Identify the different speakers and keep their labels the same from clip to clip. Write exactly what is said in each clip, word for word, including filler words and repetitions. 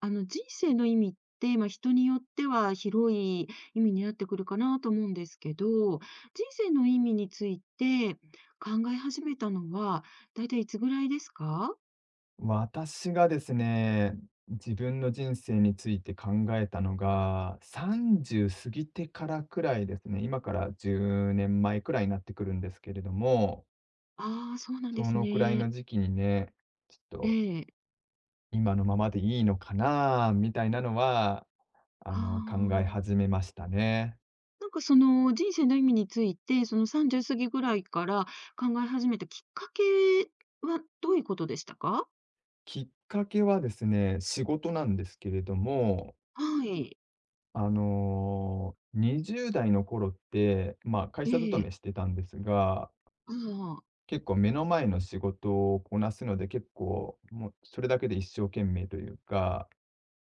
Speaker 1: あの、人生の意味って、まあ、人によっては広い意味になってくるかなと思うんですけど、人生の意味について考え始めたのは、だいたいいつぐらいですか？
Speaker 2: 私がですね、自分の人生について考えたのが、さんじゅう過ぎてからくらいですね。今からじゅうねんまえくらいになってくるんですけれども、
Speaker 1: ああー、そうなん
Speaker 2: そ
Speaker 1: です
Speaker 2: のくらいの
Speaker 1: ね。
Speaker 2: 時期にね、ちょっ
Speaker 1: え
Speaker 2: と
Speaker 1: え。
Speaker 2: 今のままでいいのかなみたいなのは、
Speaker 1: あ
Speaker 2: あの、考え
Speaker 1: あ。
Speaker 2: 始めましたね。
Speaker 1: なんかその人生の意味について、そのさんじゅう過ぎぐらいから考え始めたきっかけはどういうことでしたか？
Speaker 2: きっかけはですね、仕事なんですけれども、
Speaker 1: はい。
Speaker 2: あのー、にじゅう代の頃って、まあ、会
Speaker 1: え
Speaker 2: 社勤め
Speaker 1: え。
Speaker 2: してたんですが、
Speaker 1: ああ。
Speaker 2: 結構目の前の仕事をこなすので、結構もうそれだけで一生懸命というか、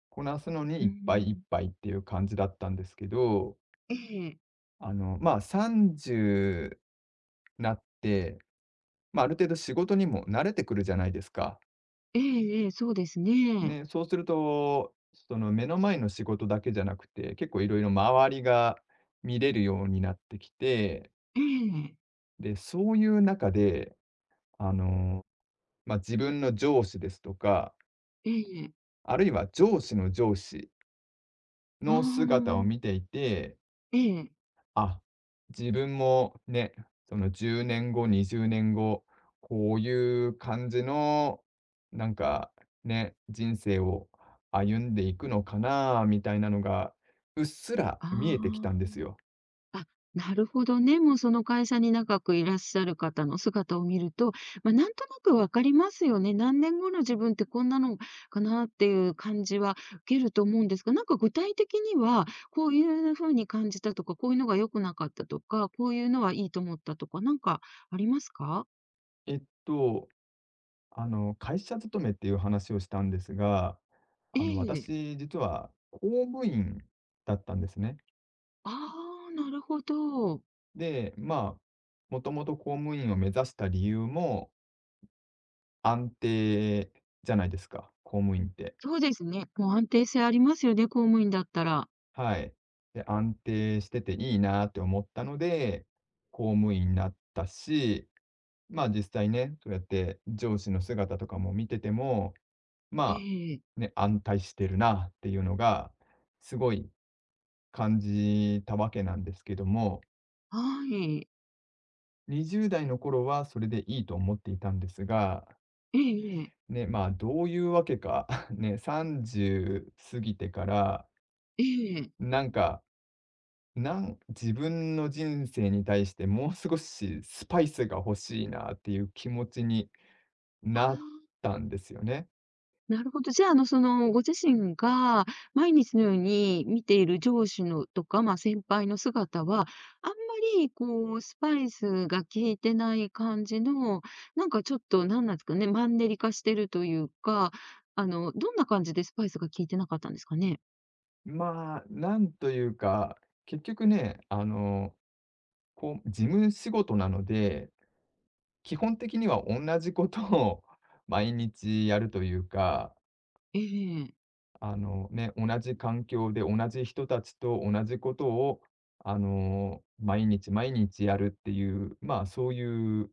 Speaker 2: こなすのに
Speaker 1: う
Speaker 2: いっぱいいっ
Speaker 1: ん。
Speaker 2: ぱいっていう感じだったんですけど、
Speaker 1: ええ。
Speaker 2: あの、まあ、さんじゅうなって、まあ、ある程度仕事にも慣れてくるじゃないですか。
Speaker 1: ええええ、そうですね。
Speaker 2: ね、そうすると、その目の前の仕事だけじゃなくて、結構いろいろ周りが見れるようになってきて、
Speaker 1: ええ、
Speaker 2: で、そういう中で、あの、まあ、自分の上司ですとか、
Speaker 1: ええ、
Speaker 2: あるいは上司の上司
Speaker 1: あ
Speaker 2: の姿を
Speaker 1: あ、
Speaker 2: 見ていて、
Speaker 1: ええ、
Speaker 2: あ、自分もね、そのじゅうねんご、にじゅうねんご、こういう感じの、なんかね、人生を歩んでいくのかなみたいなのが、うっすら見えてきた
Speaker 1: あ
Speaker 2: んですよ。
Speaker 1: あ、あ、なるほどね。もうその会社に長くいらっしゃる方の姿を見ると、まあ、なんとなく分かりますよね。何年後の自分ってこんなのかなっていう感じは受けると思うんですが、なんか具体的には、こういう風に感じたとか、こういうのが良くなかったとか、こういうのはいいと思ったとか、なんかありますか？
Speaker 2: えっと、あの、会社勤めっていう話をしたんですが、
Speaker 1: え
Speaker 2: あの、
Speaker 1: え、
Speaker 2: 私、実は公務員だったんですね。
Speaker 1: ああ、なるほど。
Speaker 2: で、まあ、もともと公務員を目指した理由も安定じゃないですか、公務員って。
Speaker 1: そうですね。もう安定性ありますよね、公務員だったら。
Speaker 2: はい。で、安定してていいなって思ったので、公務員になったし、まあ実際ね、そうやって上司の姿とかも見てても、
Speaker 1: え
Speaker 2: ま
Speaker 1: え、
Speaker 2: あ、ね、安泰してるなっていうのが、すごい感じたわけなんですけども、
Speaker 1: はい。
Speaker 2: にじゅう代の頃はそれでいいと思っていたんですが、
Speaker 1: ええええ、
Speaker 2: ね、まあ、どういうわけか、ね、さんじゅう過ぎてから、なんか、なん自分の人生に対してもう少しスパイスが欲しいなっていう気持ちに
Speaker 1: ああ、
Speaker 2: なったんですよね。
Speaker 1: なるほど。じゃあ、あの、その、ご自身が毎日のように見ている上司のとか、まあ、先輩の姿は、あんまり、こう、スパイスが効いてない感じの、なんかちょっと、なんなんですかね、マンネリ化してるというか、あの、どんな感じでスパイスが効いてなかったんですかね？
Speaker 2: まあ、なんというか、結局ね、あの、こう、事務仕事なので、基本的には同じことを 毎日やるというか、
Speaker 1: ええ。
Speaker 2: あのね、同じ環境で同じ人たちと同じことを、あの、毎日毎日やるっていう、まあ、そういう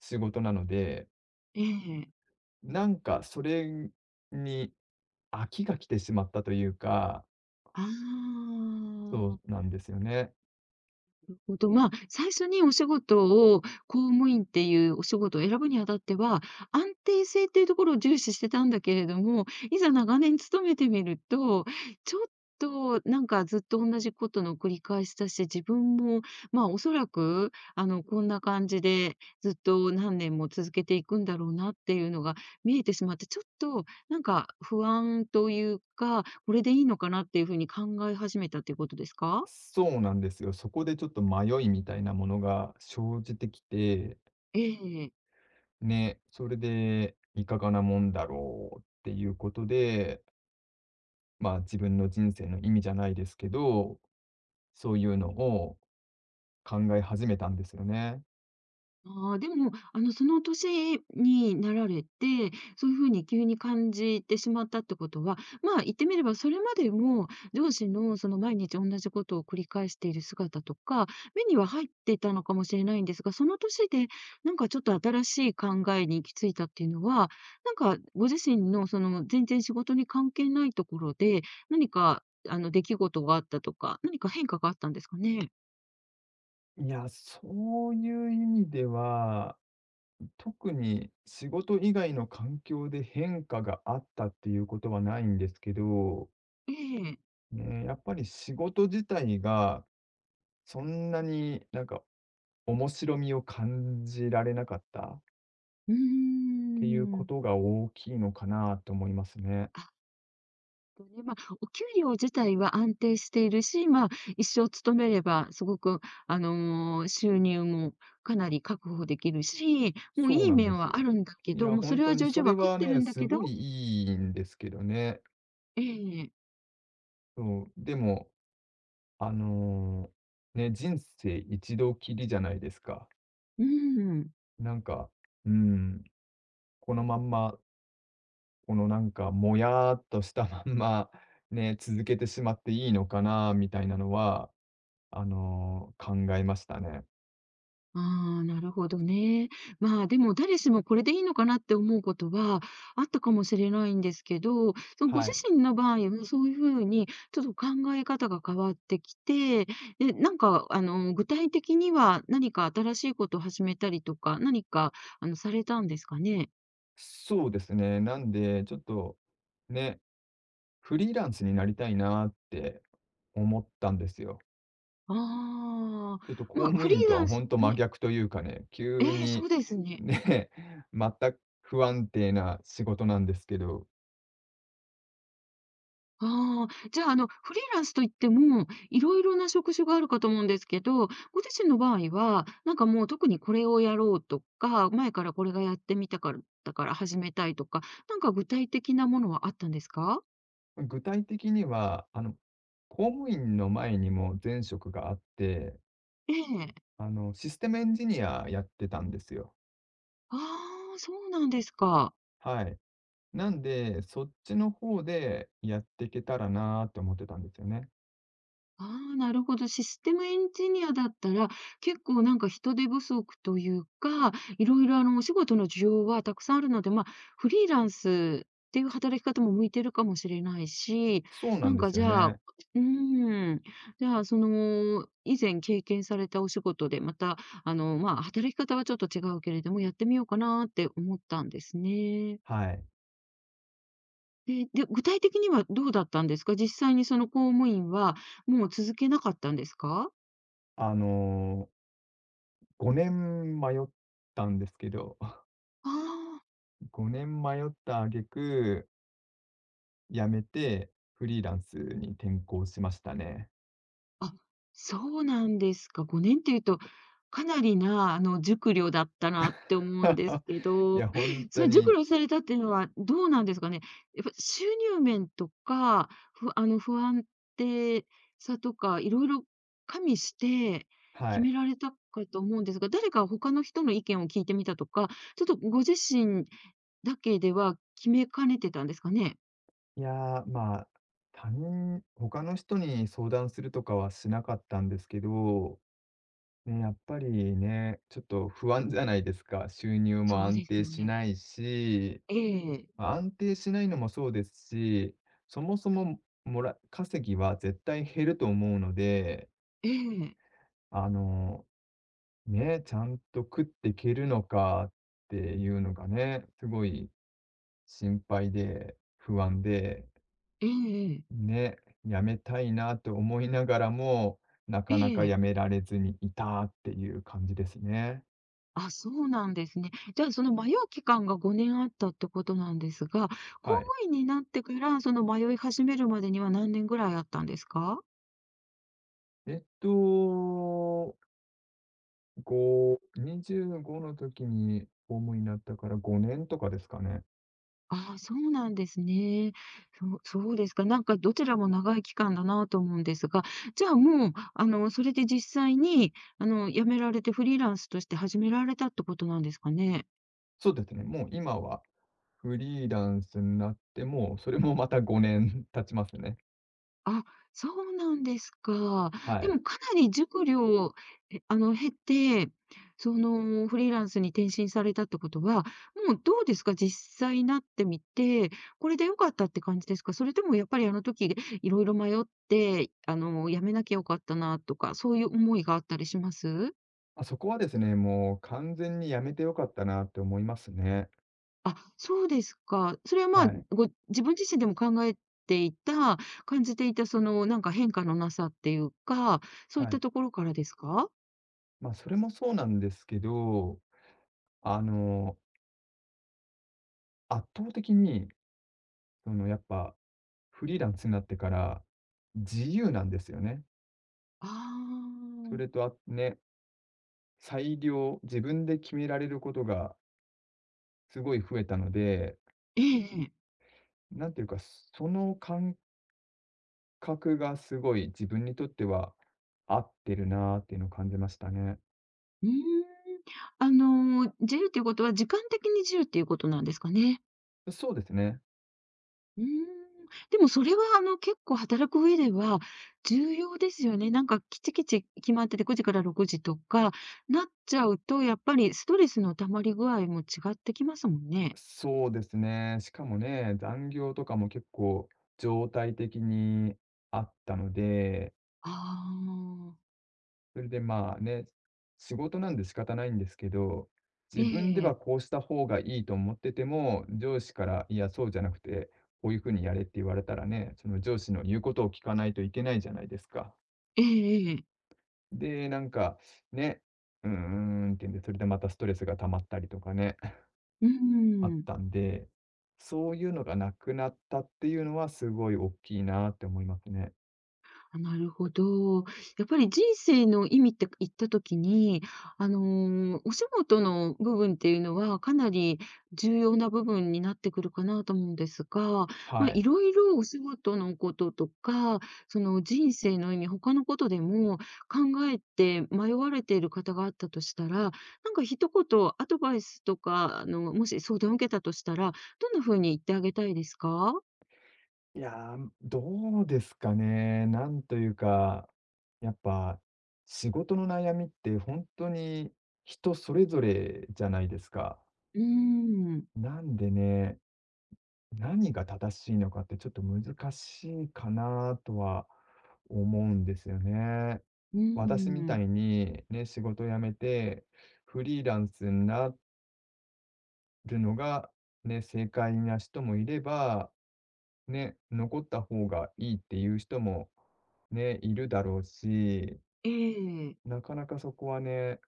Speaker 2: 仕事なので、
Speaker 1: ええ。
Speaker 2: なんかそれに飽きが来てしまったというか、
Speaker 1: あ
Speaker 2: そ
Speaker 1: あ。
Speaker 2: うなんですよね。
Speaker 1: ほど、まあ、最初にお仕事を、公務員っていうお仕事を選ぶにあたっては、安定性っていうところを重視してたんだけれども、いざ長年勤めてみると、ちょっとなんかずっと同じことの繰り返しだし、自分も、まあ、おそらく、あの、こんな感じでずっと何年も続けていくんだろうなっていうのが見えてしまって、ちょっとなんか不安というか、これでいいのかなっていうふうに考え始めたっていうことですか？
Speaker 2: そうなんですよ。そこでちょっと迷いみたいなものが生じてきて、
Speaker 1: ええ。
Speaker 2: ね、それでいかがなもんだろうっていうことで、まあ自分の人生の意味じゃないですけど、そういうのを考え始めたんですよね。
Speaker 1: ああ、でも、あの、その年になられて、そういうふうに急に感じてしまったってことは、まあ、言ってみれば、それまでも上司のその毎日同じことを繰り返している姿とか、目には入っていたのかもしれないんですが、その年で、なんかちょっと新しい考えに行き着いたっていうのは、なんかご自身のその全然仕事に関係ないところで、何か、あの、出来事があったとか、何か変化があったんですかね。
Speaker 2: いや、そういう意味では、特に仕事以外の環境で変化があったっていうことはないんですけど、
Speaker 1: ええ。
Speaker 2: ね、やっぱり仕事自体がそんなになんか面白みを感じられなかったっ
Speaker 1: うー
Speaker 2: ていうこ
Speaker 1: ん。
Speaker 2: とが大きいのかなと思いますね。
Speaker 1: あとね、まあ、お給料自体は安定しているし、まあ、一生勤めればすごく、あの、収入もかなり確保できるし、もう
Speaker 2: そう
Speaker 1: いい
Speaker 2: なんで
Speaker 1: 面
Speaker 2: す
Speaker 1: はあ
Speaker 2: よ。
Speaker 1: るんだけ
Speaker 2: い
Speaker 1: ど、
Speaker 2: や、
Speaker 1: もうそ
Speaker 2: 本
Speaker 1: れ
Speaker 2: 当
Speaker 1: は
Speaker 2: に
Speaker 1: 重
Speaker 2: そ
Speaker 1: 々
Speaker 2: れ
Speaker 1: わかっ
Speaker 2: は
Speaker 1: てる
Speaker 2: ね、
Speaker 1: んだ
Speaker 2: す
Speaker 1: け
Speaker 2: ごい
Speaker 1: ど
Speaker 2: いいんですけどね。
Speaker 1: ええ、
Speaker 2: そう、でもあの、ね、人生一度きりじゃないですか。
Speaker 1: うん。
Speaker 2: なんか、うん、このまんま、このなんか、もやーっとしたまんま、ね、続けてしまっていいのかなみたいなのは、あの、考えましたね。
Speaker 1: ああ、なるほどね。まあ、でも誰しもこれでいいのかなって思うことはあったかもしれないんですけど、そのご
Speaker 2: は
Speaker 1: 自
Speaker 2: い。
Speaker 1: 身の場合はそういうふうにちょっと考え方が変わってきて、で、なんか、あの、具体的には何か新しいことを始めたりとか、何か、あの、されたんですかね。
Speaker 2: そうですね。なんで、ちょっと、ね、フリーランスになりたいなって思ったんですよ。
Speaker 1: ああ、
Speaker 2: ちょっと公
Speaker 1: まあ、
Speaker 2: 務
Speaker 1: フリ
Speaker 2: 員
Speaker 1: ー
Speaker 2: と
Speaker 1: ラ
Speaker 2: は
Speaker 1: ンス、
Speaker 2: 本当真
Speaker 1: ね、
Speaker 2: 逆というかね、急
Speaker 1: ええ、そ
Speaker 2: に
Speaker 1: うですね。
Speaker 2: ね、全く不安定な仕事なんですけど、
Speaker 1: ああ、じゃあ、あの、フリーランスといっても、いろいろな職種があるかと思うんですけど、ご自身の場合は、なんかもう特にこれをやろうとか、前からこれがやってみたから、だから始めたいとか、なんか具体的なものはあったんですか？
Speaker 2: 具体的には、あの、公務員の前にも前職があって、
Speaker 1: ええ。
Speaker 2: あの、システムエンジニアやってたんですよ。
Speaker 1: ああ、そうなんですか。
Speaker 2: はい。なんで、そっちの方でやっていけたらなーって思ってたんですよね。
Speaker 1: ああ、なるほど。システムエンジニアだったら、結構なんか人手不足というか、いろいろあのお仕事の需要はたくさんあるので、まあ、フリーランスっていう働き方も向いてるかもしれないし、
Speaker 2: そうな
Speaker 1: な
Speaker 2: ん
Speaker 1: ん
Speaker 2: で
Speaker 1: か
Speaker 2: すよ
Speaker 1: じゃあ、う
Speaker 2: ね。
Speaker 1: ーん、じゃあその、以前経験されたお仕事で、また、あの、まあ、働き方はちょっと違うけれども、やってみようかなって思ったんですね。
Speaker 2: はい。
Speaker 1: で、で、具体的にはどうだったんですか、実際にその公務員はもう続けなかったんですか？
Speaker 2: あのー、ごねん迷ったんですけど、
Speaker 1: あ
Speaker 2: ごねん迷った挙句辞めて、フリーランスに転向しましたね。
Speaker 1: あ、あ、そうなんですか。ごねんっていうと、かなりな、あの、熟慮だったなって思うんです け
Speaker 2: い
Speaker 1: ど、
Speaker 2: や、本
Speaker 1: そ
Speaker 2: 当
Speaker 1: れ熟
Speaker 2: に、
Speaker 1: 慮されたっていうのはどうなんですかね。やっぱ収入面とか、ふあの、不安定さとか、いろいろ加味して
Speaker 2: は
Speaker 1: 決め
Speaker 2: い。
Speaker 1: られたかと思うんですが、誰か他の人の意見を聞いてみたとか、ちょっとご自身だけでは決めかねてたんですかね。
Speaker 2: いやー、まあ、他人他の人に相談するとかはしなかったんですけど、ね、やっぱりね、ちょっと不安じゃないですか。収入
Speaker 1: そ
Speaker 2: も
Speaker 1: う
Speaker 2: 安
Speaker 1: です
Speaker 2: 定
Speaker 1: よ
Speaker 2: し
Speaker 1: ね。
Speaker 2: ないし、
Speaker 1: ええ、
Speaker 2: ま、安定しないのもそうですし、そもそも、もら稼ぎは絶対減ると思うので、
Speaker 1: ええ、
Speaker 2: あのね、ちゃんと食っていけるのかっていうのがね、すごい心配で不安で、
Speaker 1: ええ。
Speaker 2: ね、やめたいなと思いながらも、な
Speaker 1: え
Speaker 2: かなか
Speaker 1: え。
Speaker 2: やめられずにいたっていう感じですね。
Speaker 1: あ、そうなんですね。じゃあ、その迷う期間がごねんあったってことなんですが、公
Speaker 2: は
Speaker 1: 務
Speaker 2: い。
Speaker 1: 員になってから、その迷い始めるまでには何年ぐらいあったんですか？
Speaker 2: えっと、ごにじゅうごの時に公務員になったからごねんとかですかね。
Speaker 1: ああ、そうなんですね。そうそうですか。なんかどちらも長い期間だなと思うんですが、じゃあ、もう、あの、それで実際に、あの、辞められてフリーランスとして始められたってことなんですかね？
Speaker 2: そうですね、もう今はフリーランスになって、もうそれもまたごねん経ちますね。
Speaker 1: あ、そうなんですか。
Speaker 2: は
Speaker 1: で
Speaker 2: い。
Speaker 1: もかなり熟慮、え、あの、経て、その、フリーランスに転身されたってことは、もうどうですか？実際なってみて、これで良かったって感じですか？それともやっぱりあの時いろいろ迷って、あの、辞めなきゃよかったなとか、そういう思いがあったりします？
Speaker 2: まあ、そこはですね、もう完全にやめてよかったなって思いますね。
Speaker 1: あ、そうですか。それは、まあ、
Speaker 2: はい。
Speaker 1: ご自分自身でも考えていた、感じていた、その、なんか変化のなさっていうか、そういっ
Speaker 2: は
Speaker 1: た
Speaker 2: い。
Speaker 1: ところからですか？
Speaker 2: まあ、それもそうなんですけど、あの、圧倒的に、そのやっぱフリーランスになってから自由なんですよね。
Speaker 1: あ
Speaker 2: それ
Speaker 1: あ、
Speaker 2: とあね、裁量、自分で決められることがすごい増えたので、
Speaker 1: ええええ。
Speaker 2: なんていうか、その感覚がすごい自分にとっては合ってるなっていうのを感じましたね。
Speaker 1: うーん。あのー、自由っていうことは、時間的に自由っていうことなんですかね。
Speaker 2: そうですね。
Speaker 1: うーん。でもそれは、あの、結構働く上では重要ですよね。なんかきちきち決まってて、くじからろくじとかなっちゃうと、やっぱりストレスの溜まり具合も違ってきますもんね。
Speaker 2: そうですね。しかもね、残業とかも結構常態的にあったので、
Speaker 1: ああ。
Speaker 2: それでまあね、仕事なんで仕方ないんですけど、
Speaker 1: え
Speaker 2: 自分で
Speaker 1: え。
Speaker 2: はこうした方がいいと思ってても、上司から、いや、そうじゃなくて、こういうふうにやれって言われたらね、その上司の言うことを聞かないといけないじゃないですか。
Speaker 1: ええええ。
Speaker 2: で、なんかね、うーんって言うんで、それでまたストレスが溜まったりとかね、
Speaker 1: うー
Speaker 2: あっ
Speaker 1: ん。
Speaker 2: たんで、そういうのがなくなったっていうのはすごい大きいなって思いますね。
Speaker 1: あ、なるほど。やっぱり人生の意味って言ったときに、あの、お仕事の部分っていうのはかなり重要な部分になってくるかなと思うんですが、ま
Speaker 2: は
Speaker 1: あ、い
Speaker 2: い。
Speaker 1: ろいろお仕事のこととか、その人生の意味、他のことでも考えて迷われている方があったとしたら、なんか一言アドバイスとか、あの、もし相談を受けたとしたら、どんな風に言ってあげたいですか？
Speaker 2: いやー、どうですかね。なんというか、やっぱ仕事の悩みって本当に人それぞれじゃないですか。
Speaker 1: うーん。
Speaker 2: なんでね、何が正しいのかってちょっと難しいかなとは思うんですよね。
Speaker 1: うー
Speaker 2: 私みた
Speaker 1: ん。
Speaker 2: いにね、仕事辞めてフリーランスになるのが、ね、正解な人もいれば、ね、残った方がいいっていう人も、ね、いるだろうし、
Speaker 1: ええ。
Speaker 2: なかなかそこはね、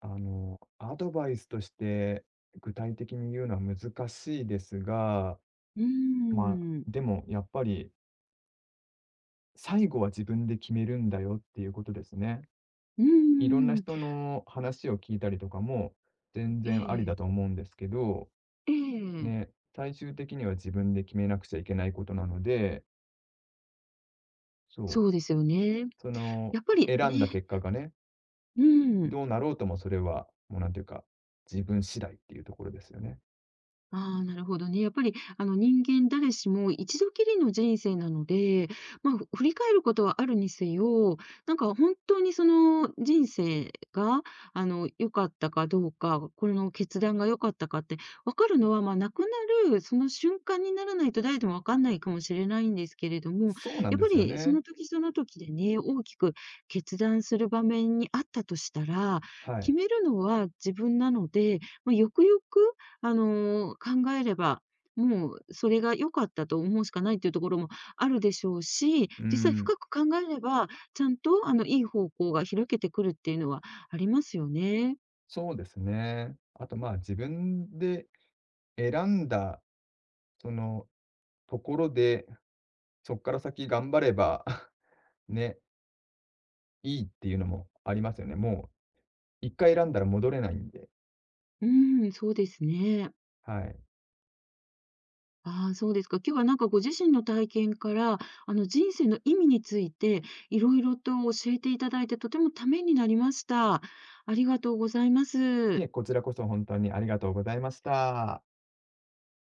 Speaker 2: あの、アドバイスとして具体的に言うのは難しいですが、
Speaker 1: うー
Speaker 2: まあ、で
Speaker 1: ん。
Speaker 2: もやっぱり最後は自分で決めるんだよっていうことですね。
Speaker 1: う
Speaker 2: いろん
Speaker 1: ー
Speaker 2: な
Speaker 1: ん。
Speaker 2: 人の話を聞いたりとかも全然あり
Speaker 1: え
Speaker 2: だと
Speaker 1: え。
Speaker 2: 思うんですけど、
Speaker 1: ええ。
Speaker 2: ね、最終的には自分で決めなくちゃいけないことなので、そう。
Speaker 1: そうですよね。
Speaker 2: その、
Speaker 1: やっぱりね、
Speaker 2: 選んだ結果がね、
Speaker 1: うん、
Speaker 2: どうなろうともそれは、もうなんていうか、自分次第っていうところですよね。
Speaker 1: ああ、なるほどね。やっぱり、あの、人間誰しも一度きりの人生なので、まあ、ふ振り返ることはあるにせよ、なんか本当にその人生が、あの、良かったかどうか、この決断が良かったかって分かるのは、まあ、亡くなるその瞬間にならないと誰でも分かんないかもしれないんですけれども、やっ
Speaker 2: そうなんで
Speaker 1: ぱ
Speaker 2: すよ
Speaker 1: りそ
Speaker 2: ね。
Speaker 1: の時その時でね、大きく決断する場面にあったとしたら、
Speaker 2: は
Speaker 1: 決
Speaker 2: い。
Speaker 1: めるのは自分なので、まあ、よくよくあの、考えれば、もうそれが良かったと思うしかないっていうところもあるでしょうし、
Speaker 2: う
Speaker 1: 実際
Speaker 2: ん、
Speaker 1: 深く考えれば、ちゃんとあの、いい方向が開けてくるっていうのはありますよね。
Speaker 2: そうですね。あとまあ自分で選んだ、そのところで、そこから先頑張れば ね、いいっていうのもありますよね。もう一回選んだら戻れないんで。
Speaker 1: うん、そうですね。
Speaker 2: はい。
Speaker 1: ああ、そうですか。今日はなんかご自身の体験から、あの、人生の意味についていろいろと教えていただいて、とてもためになりました。ありがとうございます。
Speaker 2: いこちらこそ本当にありがとうございました。